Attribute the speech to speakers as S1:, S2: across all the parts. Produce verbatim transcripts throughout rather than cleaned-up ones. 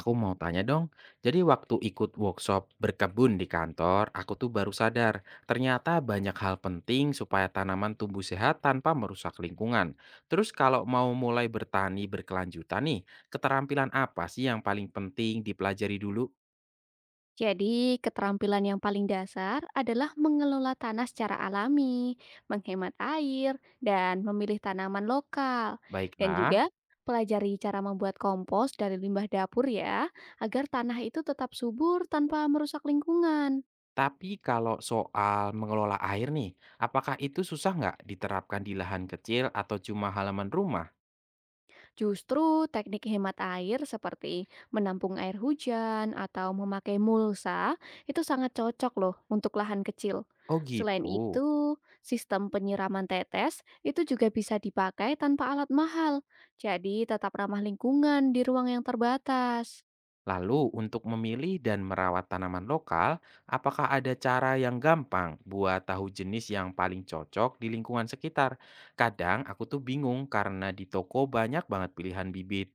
S1: Aku mau tanya dong, jadi waktu ikut workshop berkebun di kantor, aku tuh baru sadar ternyata banyak hal penting supaya tanaman tumbuh sehat tanpa merusak lingkungan. Terus kalau mau mulai bertani berkelanjutan nih, keterampilan apa sih yang paling penting dipelajari dulu?
S2: Jadi, keterampilan yang paling dasar adalah mengelola tanah secara alami, menghemat air, dan memilih tanaman lokal. Dan
S1: Baiklah,
S2: juga pelajari cara membuat kompos dari limbah dapur ya, agar tanah itu tetap subur tanpa merusak lingkungan.
S1: tapi kalau soal mengelola air nih, apakah itu susah nggak diterapkan di lahan kecil atau cuma halaman rumah?
S2: Justru teknik hemat air seperti menampung air hujan atau memakai mulsa itu sangat cocok loh untuk lahan kecil.
S1: Oh
S2: Selain
S1: gitu.
S2: itu, sistem penyiraman tetes itu juga bisa dipakai tanpa alat mahal. Jadi tetap ramah lingkungan di ruang yang terbatas.
S1: Lalu, untuk memilih dan merawat tanaman lokal, apakah ada cara yang gampang buat tahu jenis yang paling cocok di lingkungan sekitar? Kadang aku tuh bingung karena di toko banyak banget pilihan bibit.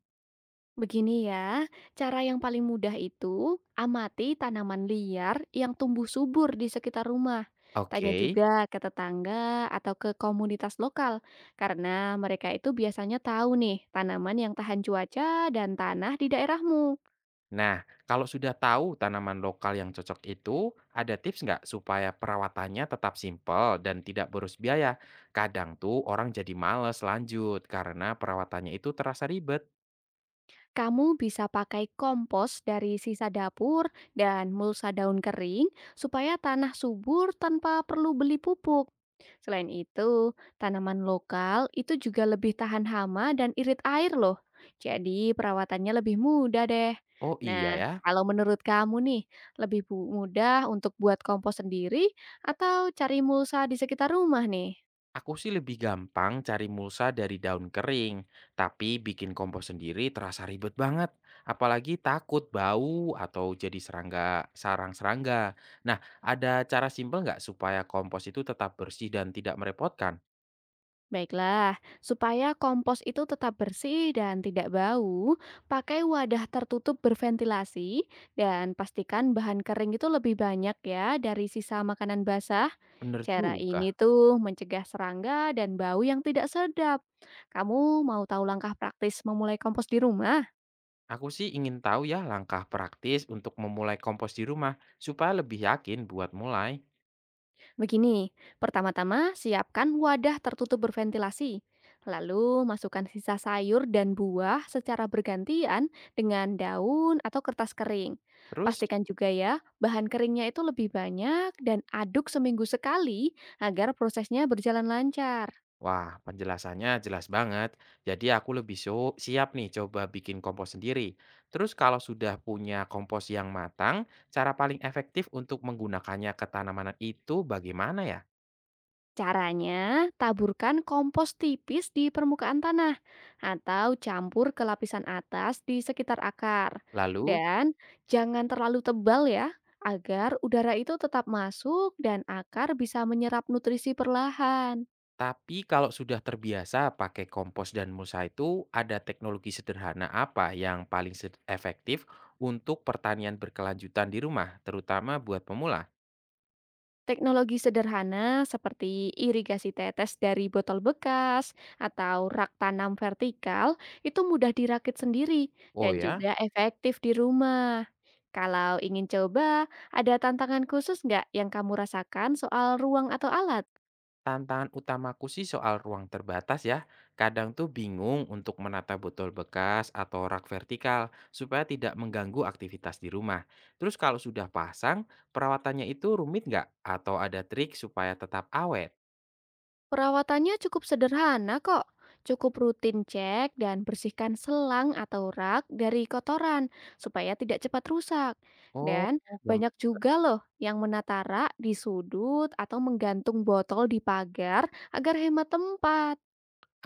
S2: Begini ya, cara yang paling mudah itu amati tanaman liar yang tumbuh subur di sekitar rumah. Tanya
S1: Oke,
S2: juga ke tetangga atau ke komunitas lokal, karena mereka itu biasanya tahu nih tanaman yang tahan cuaca dan tanah di daerahmu.
S1: nah kalau sudah tahu tanaman lokal yang cocok itu, ada tips nggak supaya perawatannya tetap simpel dan tidak boros biaya? Kadang tuh orang jadi males lanjut karena perawatannya itu terasa ribet.
S2: Kamu bisa pakai kompos dari sisa dapur dan mulsa daun kering supaya tanah subur tanpa perlu beli pupuk. Selain itu, tanaman lokal itu juga lebih tahan hama dan irit air loh. Jadi perawatannya lebih mudah deh.
S1: Oh iya
S2: Nah,
S1: ya.
S2: kalau menurut kamu nih, lebih bu- mudah untuk buat kompos sendiri atau cari mulsa di sekitar rumah nih?
S1: Aku sih lebih gampang cari mulsa dari daun kering, tapi bikin kompos sendiri terasa ribet banget. Apalagi takut bau atau jadi serangga, sarang-serangga. Nah, ada cara simpel nggak supaya kompos itu tetap bersih dan tidak merepotkan?
S2: Baiklah, supaya kompos itu tetap bersih dan tidak bau, pakai wadah tertutup berventilasi dan pastikan bahan kering itu lebih banyak ya dari sisa makanan basah.
S1: Bener
S2: Cara ini
S1: juga.
S2: tuh mencegah serangga dan bau yang tidak sedap. Kamu mau tahu langkah praktis memulai kompos di rumah?
S1: Aku sih ingin tahu ya langkah praktis untuk memulai kompos di rumah, supaya lebih yakin buat mulai.
S2: Begini, pertama-tama siapkan wadah tertutup berventilasi. Lalu masukkan sisa sayur dan buah secara bergantian dengan daun atau kertas kering.
S1: Terus.
S2: Pastikan juga ya, bahan keringnya itu lebih banyak dan aduk seminggu sekali agar prosesnya berjalan lancar.
S1: Wah, penjelasannya jelas banget. Jadi aku lebih so- siap nih coba bikin kompos sendiri. Terus kalau sudah punya kompos yang matang, cara paling efektif untuk menggunakannya ke tanaman itu bagaimana ya?
S2: Caranya, taburkan kompos tipis di permukaan tanah atau campur ke lapisan atas di sekitar akar.
S1: Lalu,
S2: Dan jangan terlalu tebal ya, agar udara itu tetap masuk dan akar bisa menyerap nutrisi perlahan.
S1: tapi kalau sudah terbiasa pakai kompos dan mulsa itu, ada teknologi sederhana apa yang paling sed- efektif untuk pertanian berkelanjutan di rumah, terutama buat pemula?
S2: Teknologi sederhana seperti irigasi tetes dari botol bekas atau rak tanam vertikal itu mudah dirakit sendiri
S1: Oh
S2: dan
S1: ya.
S2: juga efektif di rumah. Kalau ingin coba, ada tantangan khusus nggak yang kamu rasakan soal ruang atau alat?
S1: Tantangan utamaku sih soal ruang terbatas ya. Kadang tuh bingung untuk menata botol bekas atau rak vertikal supaya tidak mengganggu aktivitas di rumah. Terus kalau sudah pasang, perawatannya itu rumit nggak? Atau ada trik supaya tetap awet?
S2: Perawatannya cukup sederhana kok. Cukup rutin cek dan bersihkan selang atau rak dari kotoran supaya tidak cepat rusak.
S1: Oh,
S2: Dan
S1: gampang.
S2: banyak juga loh yang menata rak di sudut atau menggantung botol di pagar agar hemat tempat.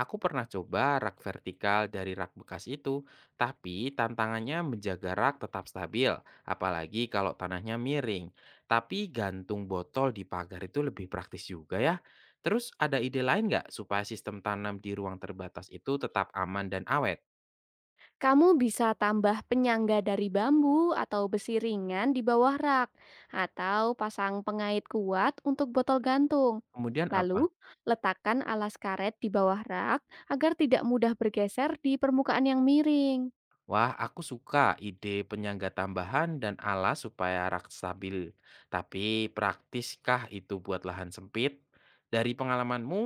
S1: Aku pernah coba rak vertikal dari rak bekas itu, tapi tantangannya menjaga rak tetap stabil, apalagi kalau tanahnya miring. Tapi gantung botol di pagar itu lebih praktis juga ya. Terus ada ide lain nggak supaya sistem tanam di ruang terbatas itu tetap aman dan awet?
S2: Kamu bisa tambah penyangga dari bambu atau besi ringan di bawah rak, atau pasang pengait kuat untuk botol gantung.
S1: Kemudian apa?
S2: Lalu, letakkan alas karet di bawah rak agar tidak mudah bergeser di permukaan yang miring.
S1: Wah, aku suka ide penyangga tambahan dan alas supaya rak stabil. Tapi praktiskah itu buat lahan sempit? Dari pengalamanmu,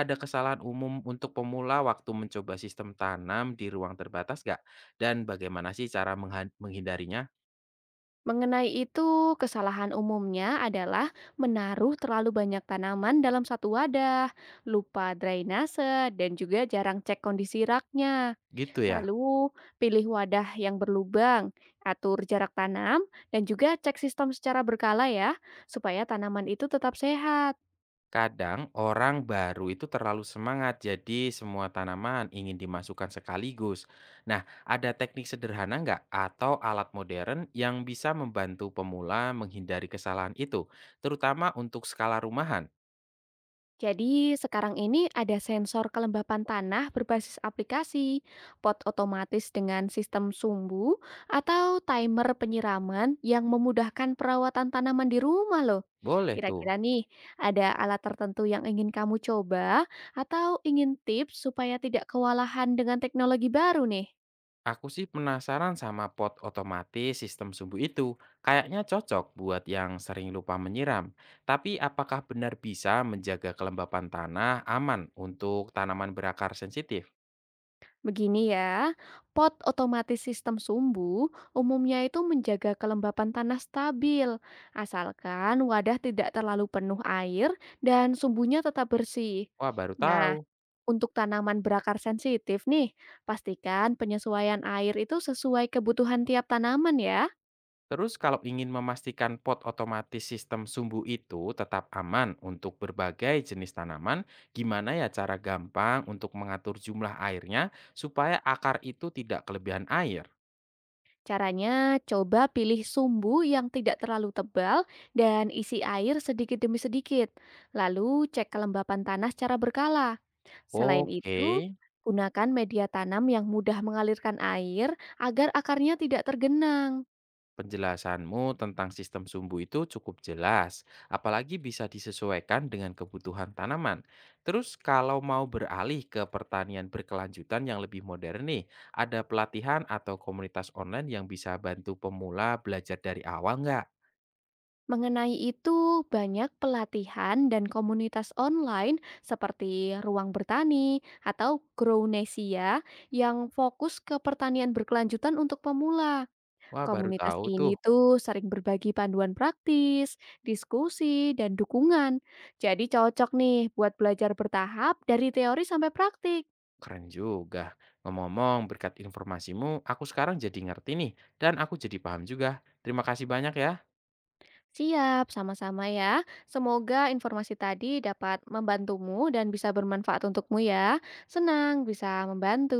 S1: ada kesalahan umum untuk pemula waktu mencoba sistem tanam di ruang terbatas gak? Dan bagaimana sih cara mengha- menghindarinya?
S2: Mengenai itu, kesalahan umumnya adalah menaruh terlalu banyak tanaman dalam satu wadah, lupa drainase, dan juga jarang cek kondisi raknya.
S1: Gitu ya.
S2: Lalu, pilih wadah yang berlubang, atur jarak tanam, dan juga cek sistem secara berkala ya, supaya tanaman itu tetap sehat.
S1: Kadang orang baru itu terlalu semangat, jadi semua tanaman ingin dimasukkan sekaligus. Nah, ada teknik sederhana nggak atau alat modern yang bisa membantu pemula menghindari kesalahan itu, terutama untuk skala rumahan?
S2: Jadi, sekarang ini ada sensor kelembapan tanah berbasis aplikasi, pot otomatis dengan sistem sumbu, atau timer penyiraman yang memudahkan perawatan tanaman di rumah loh.
S1: Boleh
S2: Kira-kira
S1: tuh.
S2: nih, ada alat tertentu yang ingin kamu coba atau ingin tips supaya tidak kewalahan dengan teknologi baru nih?
S1: Aku sih penasaran sama pot otomatis sistem sumbu itu. Kayaknya cocok buat yang sering lupa menyiram. Tapi apakah benar bisa menjaga kelembapan tanah aman untuk tanaman berakar sensitif?
S2: Begini ya, pot otomatis sistem sumbu umumnya itu menjaga kelembapan tanah stabil, asalkan wadah tidak terlalu penuh air dan sumbunya tetap bersih.
S1: Wah, baru tahu.
S2: Nah, untuk tanaman berakar sensitif nih, pastikan penyesuaian air itu sesuai kebutuhan tiap tanaman ya.
S1: Terus kalau ingin memastikan pot otomatis sistem sumbu itu tetap aman untuk berbagai jenis tanaman, gimana ya cara gampang untuk mengatur jumlah airnya supaya akar itu tidak kelebihan air?
S2: Caranya, coba pilih sumbu yang tidak terlalu tebal dan isi air sedikit demi sedikit. Lalu cek kelembapan tanah secara berkala. Selain
S1: Oke.
S2: itu, gunakan media tanam yang mudah mengalirkan air agar akarnya tidak tergenang.
S1: Penjelasanmu tentang sistem sumbu itu cukup jelas, apalagi bisa disesuaikan dengan kebutuhan tanaman. Terus kalau mau beralih ke pertanian berkelanjutan yang lebih modern nih, ada pelatihan atau komunitas online yang bisa bantu pemula belajar dari awal nggak?
S2: Mengenai itu, banyak pelatihan dan komunitas online seperti Ruang Bertani atau Grownesia yang fokus ke pertanian berkelanjutan untuk pemula.
S1: Wah baru
S2: Komunitas
S1: tahu tuh,
S2: ini tuh sering berbagi panduan praktis, diskusi, dan dukungan. Jadi cocok nih buat belajar bertahap dari teori sampai praktik.
S1: keren juga. Ngomong-ngomong, berkat informasimu, aku sekarang jadi ngerti nih, dan aku jadi paham juga. Terima kasih banyak ya.
S2: Siap, sama-sama ya. Semoga informasi tadi dapat membantumu dan bisa bermanfaat untukmu ya. Senang bisa membantu.